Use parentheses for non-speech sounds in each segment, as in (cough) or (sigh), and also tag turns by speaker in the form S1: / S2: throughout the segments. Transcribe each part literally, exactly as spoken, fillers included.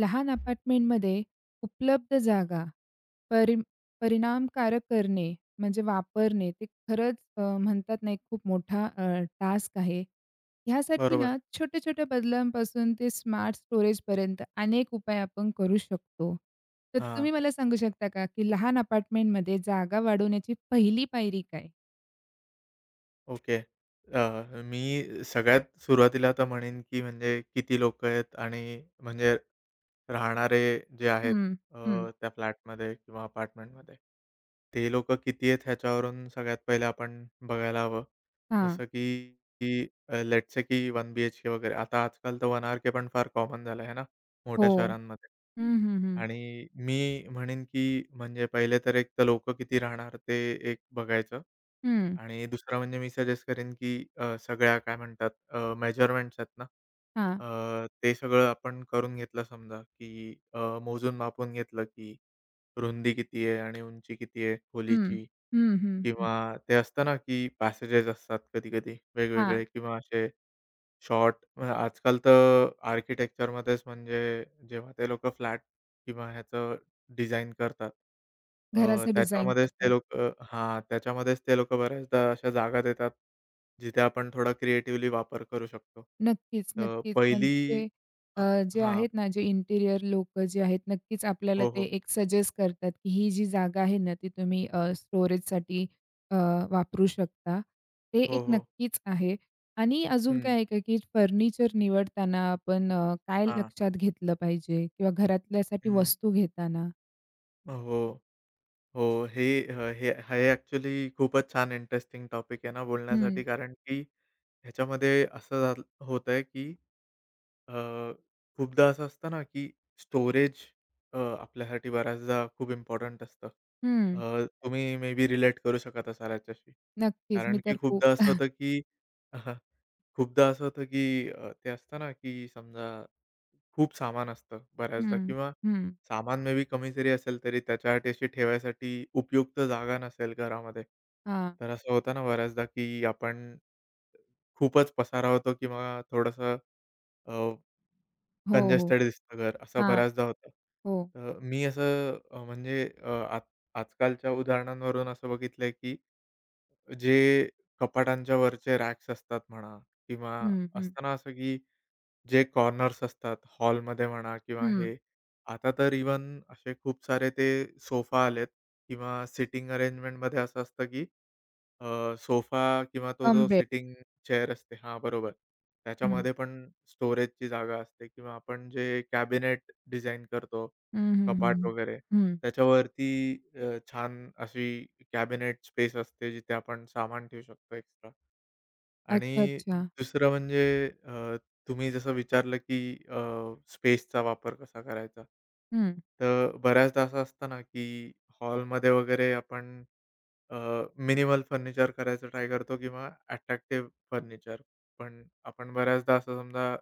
S1: लहान अपार्टमेंटमध्ये उपलब्ध जागा परि परिणामकारक करणे म्हणजे वापरणे ते खरंच अ, म्हणतात ना, एक खूप मोठा टास्क आहे. ह्यासाठी
S2: बरोबर.
S1: ना, छोट्या-छोट्या बदलांपासून ते स्मार्ट स्टोरेजपर्यंत अनेक उपाय आपण करू शकतो. तर
S2: हां,
S1: तुम्ही मला सांगू शकता का, की लहान अपार्टमेंटमध्ये जागा वाढवण्याची पहिली पायरी काय?
S2: ओके. अ, मी सगळ्यात सुरुवातीला तर म्हणेन, की म्हणजे किती लोकं आहेत आणि म्हणजे राहणारे जे आहेत
S1: हं, हं.
S2: अ, त्या फ्लॅटमध्ये किंवा अपार्टमेंटमध्ये, ते लोकं किती आहेत ह्याच्यावरून सगळ्यात पहिले आपण बघायला हवं.
S1: हां.
S2: जसं की की अ, लेट्स से की वन बीएचके वगैरे. आता आजकाल तर वन आरके पण फार कॉमन झालं आहे ना,
S1: हो.
S2: मोठ्या शहरांमध्ये.
S1: हं, हं, हं.
S2: आणि मी म्हणेन, की म्हणजे पहिले तर एक तर लोकं किती राहणार ते एक बघायचं.
S1: हं.
S2: आणि दुसरं म्हणजे मी सजेस्ट करेन, की अ, सगळ्या काय म्हणतात अ, मेजरमेंट्स आहेत ना,
S1: हां.
S2: अ, ते सगळं आपण करून घेतलं समजा, की अ, मोजून मापून घेतलं, की रुंदी किती आहे आणि उंची किती आहे
S1: हं.
S2: खोलीची
S1: हं, हं, हं.
S2: किंवा ते असतं ना, की पॅसेजेस असतात कधी-कधी
S1: हां.
S2: वेगवेगळे किंवा असे शॉर्ट म्हणजे आजकाल तर आर्किटेक्चरमध्येच म्हणजे जेव्हा ते लोकं फ्लॅट किंवा ह्याचं डिझाइन करतात, अ,
S1: घराचं डिझाइन
S2: त्याच्यामध्येच ते
S1: करतात.
S2: लोकं हां, त्याच्यामध्येच ते लोकं बऱ्याचदा अशा जागा देतात, जिथे आपण थोडा क्रिएटिव्हली वापर करू शकतो.
S1: नक्कीच,
S2: तर
S1: नक्कीच.
S2: पहिली
S1: म्हणजे अ,
S2: ह
S1: जे
S2: हां.
S1: आहेत ना, जे इंटिरियर लोकं जे आहेत, नक्कीच आपल्याला
S2: हो,
S1: ते
S2: हो.
S1: एक सजेस्ट करतात, की ही जी जागा आहे ना, ती तुम्ही अ, स्टोरेजसाठी अ, वापरू शकता. ते
S2: हो,
S1: एक
S2: हो.
S1: नक्कीच आहे. आणि अजून काय
S2: हं.
S1: आहे का, की फर्निचर निवडताना आपण अ, काय
S2: हां.
S1: लक्षात घेतलं पाहिजे किंवा घरातल्यासाठी
S2: हं.
S1: वस्तू घेताना?
S2: हो. हो, हे अ, हे हे ॲक्चुअली खूपच छान इंटरेस्टिंग टॉपिक आहे ना
S1: हं,
S2: बोलण्यासाठी, कारण की ह्याच्यामध्ये असं झालं होतंय, की अ, खूपदा असं असतं ना, की स्टोरेज अ, आपल्यासाठी बऱ्याचदा खूप इम्पॉर्टंट असतं.
S1: हं.
S2: अ, तुम्ही मे बी रिलेट करू शकत असाल याच्याशी.
S1: नक्कीच. मी
S2: कारण
S1: तर
S2: की
S1: खूप
S2: खूपदा असं
S1: (laughs)
S2: होतं की (laughs) खूपदा असं होतं की अ, ते असतं ना की समजा खूप सामान असतं बऱ्याचदा
S1: हं,
S2: किंवा
S1: हं.
S2: सामान मे बी कमी जरी असेल तरी त्याच्यासाठी अशी ठेवायसाठी उपयुक्त जागा नसेल घरामध्ये.
S1: हां.
S2: तर असं होतं ना बऱ्याचदा की आपण खूपच पसारा होतो किंवा थोडंसं
S1: हो, हो.
S2: कंजेस्टेड दिसतं घर, असं
S1: हां.
S2: बऱ्याचदा होतं.
S1: हो.
S2: तर मी असं अ, म्हणजे अ, आज आजकालच्या उदाहरणांवरून असं बघितलंय, की जे कपाटांच्या वरचे रॅक्स असतात म्हणा किंवा
S1: हं, हं.
S2: असतं ना असं की जे कॉर्नर्स असतात हॉलमध्ये म्हणा किंवा
S1: हं.
S2: हे, आता तर इवन असे खूप सारे ते सोफा आलेत किंवा सिटिंग अरेंजमेंटमध्ये असं असतं, की अ, सोफा किंवा तो
S1: कम
S2: जो
S1: बेड.
S2: सिटिंग चेअर असते, हां, बरोबर. त्याच्यामध्ये पण स्टोरेजची जागा असते किंवा आपण जे कॅबिनेट डिझाइन करतो,
S1: हं, हं,
S2: कपाट
S1: हं.
S2: वगैरे,
S1: हं.
S2: त्याच्यावरती अ, छान अशी कॅबिनेट स्पेस असते जिथे आपण सामान ठेवू शकतो एक्स्ट्रा.
S1: अच्छा,
S2: आणि
S1: अच्छा.
S2: दुसरं म्हणजे अ, तुम्ही जसं विचारलं, की अ, स्पेसचा वापर कसा करायचा?
S1: हं.
S2: तर बऱ्याचदा असं असतं ना, की हॉलमध्ये वगैरे आपण अ, मिनिमल फर्निचर करायचं ट्राय करतो किंवा अट्रॅक्टिव्ह फर्निचर. पण आपण बऱ्याचदा असं समजा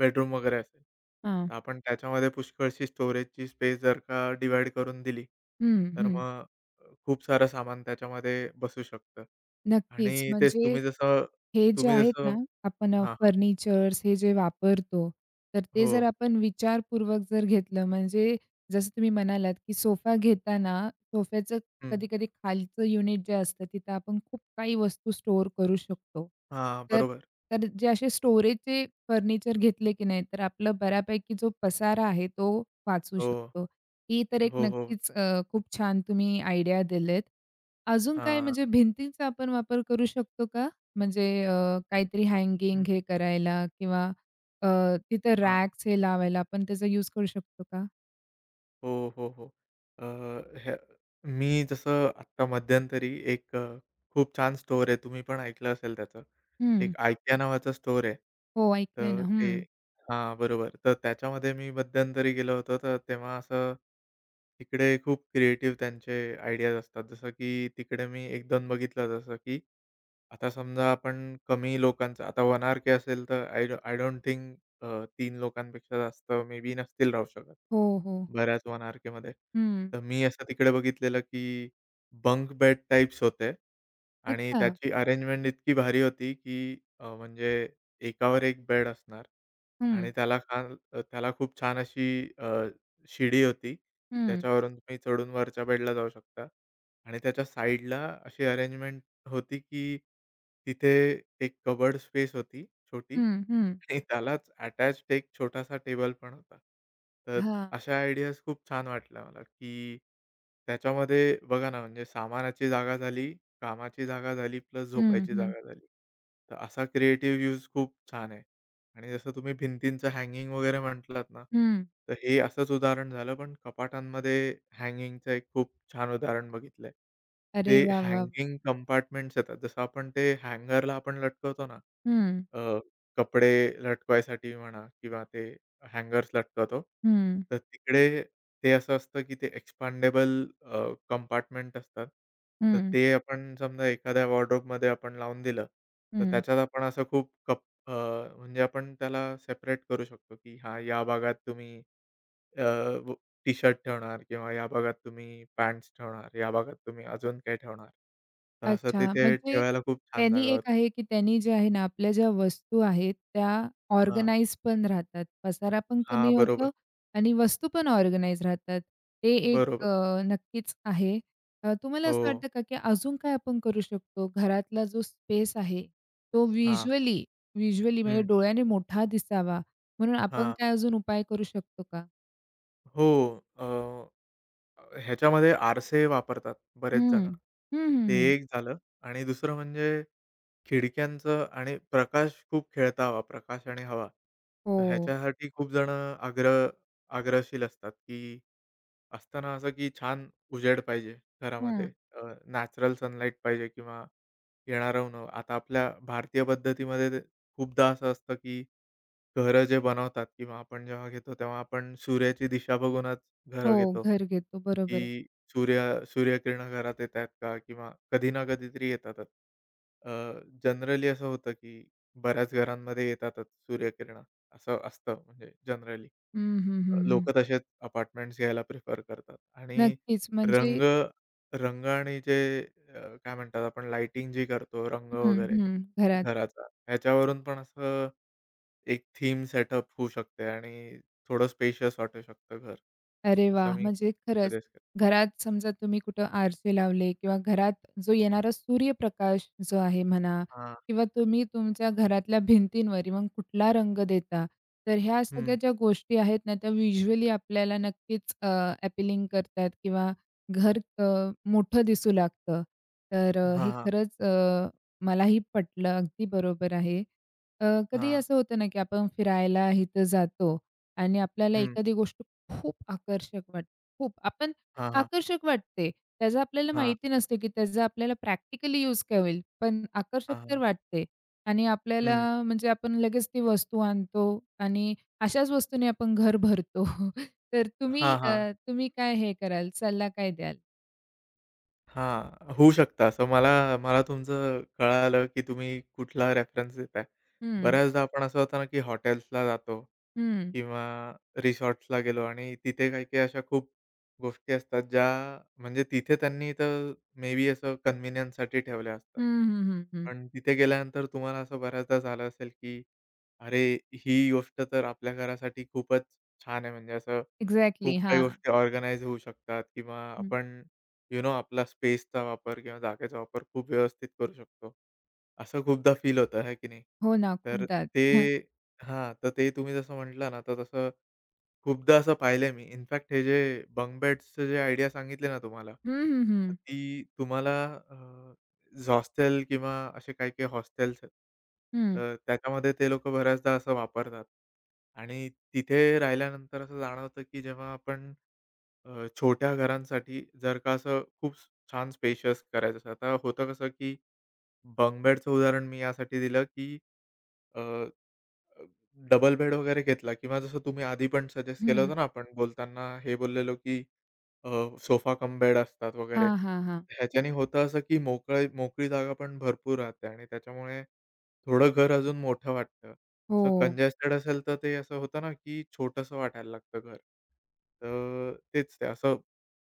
S2: बेडरूम वगैरे असेल,
S1: हां.
S2: तर आपण त्याच्यामध्ये पुष्कळशी स्टोरेजची स्पेस जर का डिव्हाईड करून दिली,
S1: हं,
S2: तर
S1: हं.
S2: मग अ, खूप सारं सामान त्याच्यामध्ये बसू शकतं.
S1: नक्कीच.
S2: आणि तेच
S1: म्हणजे
S2: तुम्ही जसं
S1: हे जे
S2: तुम्ही
S1: आहेत
S2: जसं
S1: ना, आपण अ,
S2: हां, हां.
S1: फर्निचर्स हे जे वापरतो, तर ते
S2: हो.
S1: जर आपण विचारपूर्वक जर घेतलं, म्हणजे जसं तुम्ही म्हणालात, की सोफा घेताना सोफ्याचं
S2: हं.
S1: कधी-कधी खालचं युनिट जे असतं, तिथं आपण खूप काही वस्तू स्टोअर करू शकतो.
S2: हां,
S1: तर
S2: बरोबर.
S1: तर जे असे स्टोरेजचे फर्निचर घेतले की नाही, तर आपला बऱ्यापैकी जो पसारा आहे, तो वाचू
S2: हो.
S1: शकतो. ही तर एक
S2: हो, हो.
S1: नक्कीच अ, खूप छान तुम्ही आयडिया दिलेत. अजून काय
S2: हां.
S1: म्हणजे भिंतींचा आपण वापर करू शकतो का? म्हणजे अ, काहीतरी
S2: हां,
S1: हँगिंग
S2: हं,
S1: हे करायला किंवा अ, तिथं
S2: हां.
S1: रॅक्स हे लावायला आपण त्याचा यूज करू शकतो का?
S2: हो, हो, हो. अ, हे मी जसं आत्ता मध्यंतरी एक अ, खूप छान स्टोअर आहे. तुम्ही पण ऐकलं असेल त्याचं.
S1: हं.
S2: एक IKEA नावाचं स्टोअर आहे.
S1: हो, ऐकलंय
S2: तर
S1: ना.
S2: ते,
S1: हं.
S2: हां, बरोबर. तर त्याच्यामध्ये मी मध्यंतरी गेलो होतो. तर तेव्हा असं तिकडे खूप क्रिएटिव्ह त्यांचे आयडियाज असतात. जसं की तिकडे मी एक दोन बघितलं, जसं की आता समजा आपण कमी लोकांचं, आता वन आर के असेल, तर आय आय डोंट थिंक अ, लोकांपेक्षा जास्त मे बी नसतील राहू शकत
S1: हो, हो.
S2: बऱ्याच वन आर-केमध्ये.
S1: हं.
S2: तर मी असं तिकडे बघितलेलं, की बंक बेड टाइप्स होते आणि
S1: अच्छा.
S2: त्याची अरेंजमेंट इतकी भारी होती, की अ, म्हणजे एकावर एक बेड असणार
S1: हं,
S2: आणि त्याला खाल त्याला खूप छान अशी अ, शिडी होती.
S1: हं,
S2: त्याच्यावरून तुम्ही चढून वरच्या बेडला जाऊ शकता आणि त्याच्या साइडला अशी अरेंजमेंट होती, की तिथे एक कबर्ड स्पेस होती छोटी
S1: हं, हं.
S2: आणि त्यालाच अटॅच्ड एक छोटासा टेबल पण होता. तर
S1: हां.
S2: अशा आयडियाज खूप छान वाटल्या मला, की त्याच्यामध्ये बघा ना, म्हणजे सामानाची जागा झाली, कामाची जागा झाली, प्लस
S1: हं,
S2: झोपायची
S1: हं,
S2: जागा झाली. तर असा क्रिएटिव्ह यूज खूप छान आहे. आणि जसं तुम्ही भिंतींचं हँगिंग वगैरे म्हटलात ना,
S1: हं.
S2: तर हे असंच उदाहरण झालं, पण कपाटांमध्ये हँगिंगचं एक खूप छान उदाहरण बघितलंय. ते
S1: अरे वाह, वाह!
S2: हँगिंग कंपार्टमेंट्स येतात. जसं आपण ते हँगरला आपण लटकवतो ना,
S1: हं,
S2: अ, कपडे लटकवायसाठी म्हणा किंवा ते हँगर्स लटकवतो.
S1: हं,
S2: तर तिकडे ते असं असतं, की ते एक्सपांडेबल अ, कंपार्टमेंट असतात. तर
S1: हं,
S2: ते आपण समजा एखाद्या वॉर्डरोबमध्ये आपण लावून दिलं, तर
S1: हं.
S2: त्याच्यात आपण असं खूप कप अ, म्हणजे आपण त्याला सेपरेट करू शकतो, की हां, या भागात तुम्ही अ, व टी-शर्ट ठेवणार किंवा या भागात तुम्ही पॅन्ट्स ठेवणार, या भागात तुम्ही अजून काही ठेवणार. तर असं
S1: अच्छा,
S2: तिथे
S1: म्हणजे
S2: ठेवायला खूप छान
S1: त्यांनी
S2: जागा
S1: एक
S2: होती.
S1: आहे, की त्यांनी जे आहे ना, आपल्या ज्या वस्तू आहेत, त्या
S2: हां.
S1: ऑर्गनाइज पण राहतात. पसारा पण कमी
S2: हां,
S1: होतो
S2: बरोबर.
S1: आणि वस्तू पण ऑर्गनाइज राहतात. ते एक अ,
S2: बरोबर.
S1: नक्कीच आहे. अ, तुम्हाला
S2: हो.
S1: असं वाटतं का, की अजून काय आपण करू शकतो? घरातला जो स्पेस आहे, तो
S2: हां.
S1: व्हिज्युअली व्हिज्युअली म्हणजे
S2: हं.
S1: डोळ्याने मोठा दिसावा, म्हणून आपण
S2: हां.
S1: काय अजून उपाय करू शकतो का?
S2: हो. अ, ह्याच्यामध्ये आरसे वापरतात बरेच
S1: हं.
S2: जण.
S1: हं, हं,
S2: ते
S1: हं.
S2: एक झालं आणि दुसरं म्हणजे खिडक्यांचं आणि प्रकाश खूप खेळता हवा, प्रकाश आणि हवा. तर
S1: हो.
S2: ह्याच्यासाठी खूप जण आग्रह आग्रहशील असतात, की असताना असं की छान उजेड पाहिजे
S1: हं.
S2: घरामध्ये. नॅचरल सनलाईट पाहिजे किंवा येणारं उन्हं. आता आपल्या भारतीय पद्धतीमध्ये ते खूपदा असं असतं, की घरं जे बनवतात किंवा आपण जेव्हा घेतो तेव्हा आपण सूर्याची दिशा बघूनच
S1: हो,
S2: घरात येतो,
S1: घर घेतो. बरोबर आहे.
S2: की सूर्य सूर्यकिरणं घरात येत आहेत का? किंवा कधी ना कधीतरी येतातच. अ, जनरली असं होतं, की बऱ्याच घरांमध्ये येतातच सूर्यकिरणं, असं असतं म्हणजे जनरली.
S1: हं, हं, हं, हं.
S2: लोकं तसेच अपार्टमेंट्स घ्यायला प्रिफर करतात आणि
S1: नक्कीच. म्हणजे
S2: रंग रंग आणि जे अ, काय म्हणतात आपण लाइटिंग जी करतो रंग
S1: हं,
S2: वगैरे
S1: हं. घरात.
S2: घराचा, ह्याच्यावरून पण असं एक थीम सेटअप होऊ शकते आणि थोडं स्पेशियस वाटू शकतं घर.
S1: अरे
S2: असं
S1: वाह!
S2: मी
S1: म्हणजे खरंच
S2: सजेस्ट करेन.
S1: घरात समजा तुम्ही कुठं आरसे लावले किंवा घरात जो येणारा सूर्यप्रकाश जो आहे म्हणा
S2: हां.
S1: किंवा तुम्ही तुमच्या घरातल्या भिंतींवर मग कुठला रंग देता. तर ह्या सगळ्या
S2: हं.
S1: ज्या गोष्टी आहेत ना, त्या व्हिज्युअली आपल्याला नक्कीच अ, करतात किंवा घर अ, मोठं दिसू लागतं. तर अ, हे
S2: हां, हां.
S1: खरंच अ, मलाही पटलं. अगदी बरोबर आहे. अ, कधी
S2: हां.
S1: असं होतं ना, की आपण फिरायला इथं जातो आणि आपल्याला
S2: हं.
S1: एखादी गोष्ट खूप आकर्षक वाटतं. खूप आपण
S2: हां.
S1: आकर्षक वाटते. त्याचं आपल्याला
S2: हां,
S1: माहिती नसतं, की त्याचा आपल्याला प्रॅक्टिकली यूज काय होईल, पण आकर्षक
S2: हां,
S1: तर
S2: हां.
S1: वाटते. आणि आपल्याला
S2: हं.
S1: म्हणजे आपण लगेच ती वस्तू आणतो आणि अशाच वस्तूने आपण घर भरतो. (laughs) तर तुम्ही
S2: हां, हां.
S1: अ, तुम्ही काय हे कराल, सल्ला काय द्याल?
S2: हां, होऊ शकतं असं. मला मला तुमचं कळालं, की तुम्ही कुठला रेफरन्स देताय.
S1: हं,
S2: बऱ्याचदा आपण असं होतं ना, की हॉटेल्सला जातो
S1: हं.
S2: किंवा रिसॉर्ट्सला गेलो आणि तिथे काही-काही अशा खूप गोष्टी असतात ज्या म्हणजे तिथे त्यांनी तर मे बी असं कन्व्हिनियन्ससाठी ठेवल्या असतात.
S1: हं, हं, हं, हं.
S2: पण तिथे गेल्यानंतर तुम्हाला असं बऱ्याचदा झालं असेल, की अरे, ही गोष्ट तर आपल्या घरासाठी खूपच छान आहे. म्हणजे असं
S1: एक्झॅक्टली.
S2: खूप काही
S1: हां.
S2: गोष्टी ऑर्गनाइज होऊ शकतात किंवा
S1: हं.
S2: आपण, यू नो, आपला स्पेसचा वापर किंवा जागेचा वापर खूप व्यवस्थित करू शकतो. असं खूपदा फील होतं, है की नाही?
S1: हो ना,
S2: तर
S1: खूपदा. हं,
S2: ते, हां, तर ते तुम्ही जसं म्हटलं ना, तर तसं खूपदा असं पाहिलंय मी. इनफॅक्ट हे जे बंक बेड्सचे जे आयडिया सांगितले ना तुम्हाला,
S1: हं,
S2: तर
S1: हं,
S2: ती तुम्हाला हॉस्टेल किंवा असे काही-काही हॉस्टेल्स आहेत.
S1: हं.
S2: तर त्याच्यामध्ये ते लोकं बऱ्याचदा असं वापरतात आणि तिथे राहिल्यानंतर असं जाणवतं, की जेव्हा आपण अ, छोट्या घरांसाठी जर का असं खूप स- छान स्पेशियस करायचं असेल, आता होतं कसं की बंक बेडचं उदाहरण मी यासाठी दिलं, की अ, अ, डबल बेड वगैरे घेतला किंवा जसं तुम्ही आधी पण सजेस्ट केलं
S1: हं,
S2: होतं ना, आपण बोलताना हे बोललेलो की अ, सोफा कम बेड असतात वगैरे.
S1: हां, हां, हां.
S2: ह्याच्याने होतं असं, की मोकळी मोकळी जागा पण भरपूर राहते आणि त्याच्यामुळे थोडं घर अजून मोठं वाटतं.
S1: हो.
S2: असं कंजेस्टेड असेल तर ते असं होतं ना, की छोटंसं वाटायला लागतं घर. तर तेच ते असं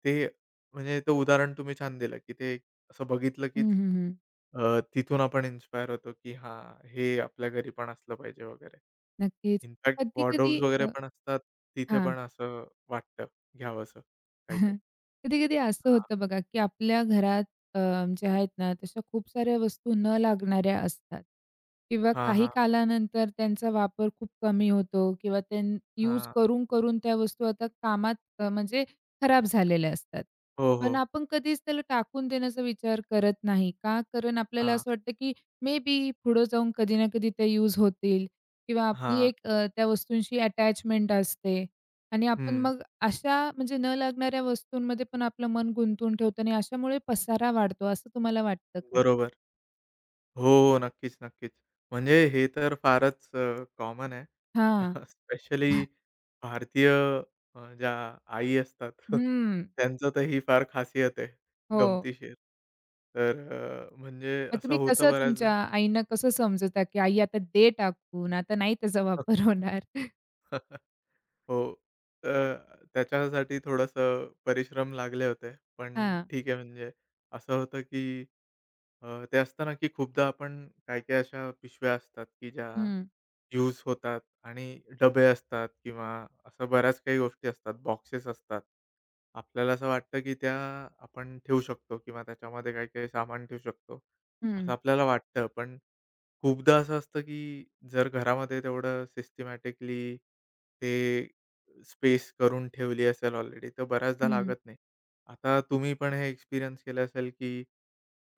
S2: ते म्हणजे ते उदाहरण तुम्ही छान दिलं, की ते असं बघितलं,
S1: हं,
S2: कीच
S1: हं, हं.
S2: अ, तिथून आपण इन्स्पायर होतो, की हां, हे आपल्या घरी पण असलं पाहिजे वगैरे.
S1: नक्कीच.
S2: इनफॅक्ट
S1: कधी-कधी
S2: वॉर्डरोब्स वगैरे
S1: अ,
S2: पण असतात, तिथे
S1: हां.
S2: पण असं वाटतं घ्यावंसं काही काही.
S1: (laughs) कधी-कधी असं
S2: हां.
S1: होतं बघा, की आपल्या घरात अ, ज्या आहेत ना, तशा खूप साऱ्या वस्तू न लागणाऱ्या असतात किंवा
S2: हां,
S1: काही
S2: हां.
S1: कालानंतर त्यांचा वापर खूप कमी होतो किंवा त्यां यूज
S2: हां.
S1: करून-करून त्या वस्तू आता कामात अ, म्हणजे खराब झालेल्या असतात.
S2: हो,
S1: पण
S2: हो.
S1: आपण कधीच त्याला टाकून देण्याचा विचार करत नाही. का? कारण आपल्याला
S2: हां,
S1: असं वाटतं, की मे बी पुढे जाऊन कधी ना कधी त्या यूज होतील किंवा आपली
S2: हां.
S1: एक अ, त्या वस्तूंशी अटॅचमेंट असते. आणि आपण
S2: हं.
S1: मग अशा म्हणजे न लागणाऱ्या वस्तूंमध्ये पण आपलं मन गुंतवून ठेवतो आणि अशामुळे पसारा वाढतो, असं तुम्हाला वाटतं का?
S2: बरोबर. हो, हो. नक्कीच, नक्कीच. म्हणजे हे तर फारच अ, कॉमन आहे.
S1: हां.
S2: (laughs) स्पेशली भारतीय अ, ज्या आई असतात (laughs)
S1: हं.
S2: त्यांचं तर ही फार खासियत आहे,
S1: हो.
S2: गमतीशीर. तर अ, म्हणजे
S1: मग
S2: असं
S1: तुम्ही
S2: होतं
S1: कसं तुमच्या
S2: बऱ्याचदा.
S1: आईंना कसं समजवता, की आई आता दे टाकून, आता नाही त्याचा वापर (laughs)
S2: (laughs)
S1: होणार?
S2: हो. अ, त्याच्यासाठी थोडंसं परिश्रम लागले होते. पण
S1: हां.
S2: ठीक आहे, म्हणजे असं होतं, की अ, ते असतं ना, की खूपदा आपण काही-काही अशा पिशव्या असतात, की ज्या
S1: हं,
S2: यूज होतात आणि डबे असतात किंवा अशा बऱ्याच काही गोष्टी असतात, बॉक्सेस असतात. आपल्याला असं वाटतं, की त्या आपण ठेवू शकतो किंवा त्याच्यामध्ये काही-काही सामान ठेवू शकतो, असं
S1: हं,
S2: आपल्याला वाटतं. पण खूपदा असं असतं, की जर घरामध्ये तेवढं सिस्टमॅटिकली ते स्पेस करून ठेवली असेल ऑलरेडी, तर बऱ्याचदा
S1: हं.
S2: लागत नाही. आता तुम्ही पण हे एक्सपिरियन्स केलं असेल, की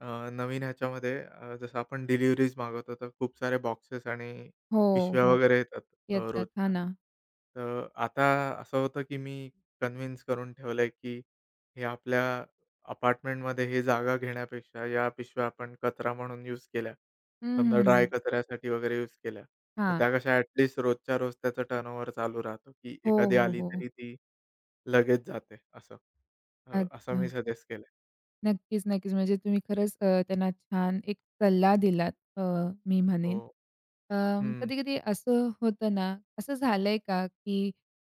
S2: अ, नवीन ह्याच्यामध्ये अ, जसं आपण डिलिव्हरीज मागवतो, तर खूप सारे बॉक्सेस आणि
S1: हो,
S2: पिशव्या
S1: हो.
S2: वगैरे येतात अ,
S1: येतात. हां
S2: रोजच्या.
S1: ना.
S2: तर आता असं होतं, की मी कन्व्हिन्स करून ठेवलंय, की हे आपल्या अपार्टमेंटमध्ये हे जागा घेण्यापेक्षा या पिशव्या आपण कचरा म्हणून यूज केल्या.
S1: हं,
S2: समजा
S1: हं.
S2: ड्राय कचऱ्यासाठी वगैरे यूज केल्या. तर
S1: हां.
S2: त्या कशा ॲट लीस्ट रोजच्या रोज त्याचं टर्नओव्हर चालू राहतो, की
S1: हो,
S2: एखादी
S1: हो,
S2: आली
S1: हो.
S2: तरी ती लगेच जाते असं. अ, असं मी
S1: अच्छा.
S2: सजेस्ट केलंय.
S1: नक्कीच, नक्कीच. म्हणजे तुम्ही खरंच अ, त्यांना छान एक सल्ला दिलात अ, मी
S2: हो.
S1: म्हणेन. अं,
S2: हं,
S1: कधी-कधी असं होतं ना, असं झालंय का, की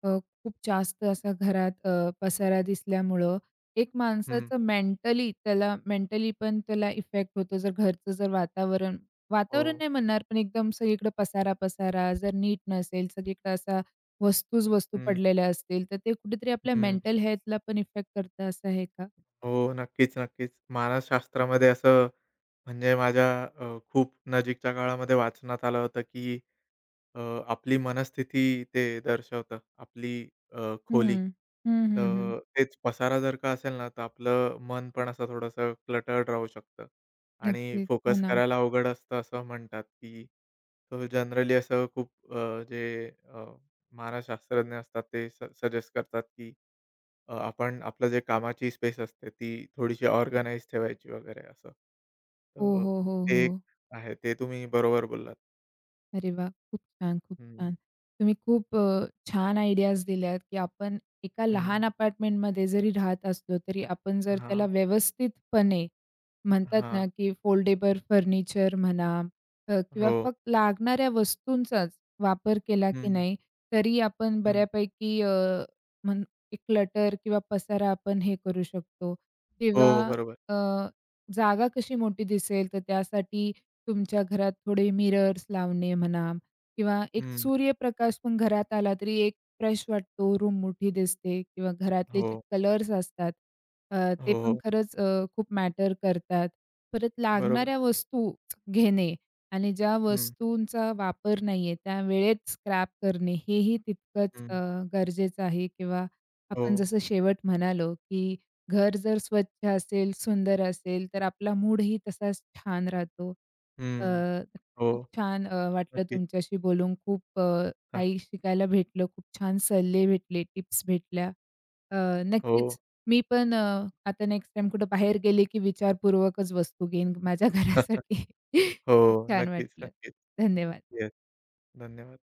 S1: अ, खूप जास्त असा घरात अ, पसारा दिसल्यामुळं एक
S2: हं.
S1: माणसाचं मेंटली त्याला मेंटली पण त्याला इफेक्ट होतो. जर घरचं जर वातावरण
S2: हो.
S1: वातावरण नाही म्हणणार, पण एकदम सगळीकडे पसारा-पसारा जर नीट नसेल, सगळीकडे असा वस्तूच वस्तू
S2: हं,
S1: पडलेल्या असतील, तर ते कुठेतरी आपल्या
S2: हं.
S1: मेंटल हेल्थला पण इफेक्ट करतं असं आहे का?
S2: हो. नक्कीच, नक्कीच. मानसशास्त्रामध्ये असं म्हणजे माझ्या अ, खूप नजीकच्या काळामध्ये वाचण्यात आलं होतं, की अ, आपली मनस्थिती ते दर्शवतं, आपली अ, खोली.
S1: हं. हं, हं, हं.
S2: तर तेच पसारा जर का असेल ना, तर आपलं मन पण असं थोडंसं क्लटर्ड राहू शकतं आणि
S1: नक्कीच. हो
S2: फोकस
S1: ना.
S2: करायला अवघड असतं, असं म्हणतात, की तो जनरली असं खूप अ, जे अ, मानसशास्त्रज्ञ असतात ते सजेस्ट करतात, की अ, आपण आपलं जे कामाची स्पेस असते ती थोडीशी ऑर्गनाइज ठेवायची वगैरे असं.
S1: हो,
S2: तर
S1: हो, हो,
S2: ते
S1: हो.
S2: एक आहे. ते तुम्ही बरोबर बोललात.
S1: अरे वाह! खूप छान, खूप
S2: हं,
S1: छान. तुम्ही खूप अ, छान आयडियाज दिल्यात, की आपण एका लहान
S2: हं.
S1: अपार्टमेंटमध्ये जरी राहत असलो, तरी आपण जर त्याला
S2: हां.
S1: व्यवस्थितपणे म्हणतात ना,
S2: हां.
S1: की फोल्डेबल फर्निचर म्हणा अ, किंवा
S2: हो.
S1: फक्त लागणाऱ्या वस्तूंचाच वापर केला
S2: हं,
S1: की
S2: हं.
S1: नाही, तरी आपण
S2: हं.
S1: बऱ्यापैकी अ, म्हण क्लटर किंवा पसारा आपण हे करू शकतो किंवा
S2: हो, बरोबर.
S1: अ, जागा कशी मोठी दिसेल, तर त्यासाठी तुमच्या घरात थोडे मिरर्स लावणे म्हणा किंवा एक
S2: हं.
S1: सूर्यप्रकाश पण घरात आला तरी एक फ्रेश वाटतो, रूम मोठी दिसते किंवा घरातले जे
S2: हो.
S1: कलर्स असतात अ, ते
S2: हो,
S1: पण
S2: हो.
S1: खरंच अ, खूप मॅटर करतात. परत
S2: बरोबर.
S1: लागणाऱ्या वस्तू घेणे आणि ज्या
S2: हं,
S1: वस्तूंचा वापर नाहीये त्या वेळेत स्क्रॅप करणे हेही तितकंच अ,
S2: हं.
S1: गरजेचं आहे किंवा
S2: हो.
S1: आपण जसं शेवट म्हणालो, की घर जर स्वच्छ असेल, सुंदर असेल, तर आपला मूडही तसाच छान राहतो. अ,
S2: हं. हो.
S1: खूप छान अ, वाटलं
S2: नक्कीच.
S1: तुमच्याशी बोलून. खूप अ,
S2: हां.
S1: काही शिकायला भेटलं. खूप छान सल्ले भेटले, टिप्स भेटल्या. अ,
S2: हो.
S1: नक्कीच मी पण अ, आता नेक्स्ट टाईम कुठं बाहेर गेले, की विचारपूर्वकच वस्तू घेईन माझ्या
S2: (laughs)
S1: घरासाठी. (laughs) खूप
S2: हो.
S1: छान
S2: नक्कीच,
S1: वाटलं.
S2: नक्कीच.
S1: धन्यवाद.
S2: येस. धन्यवाद.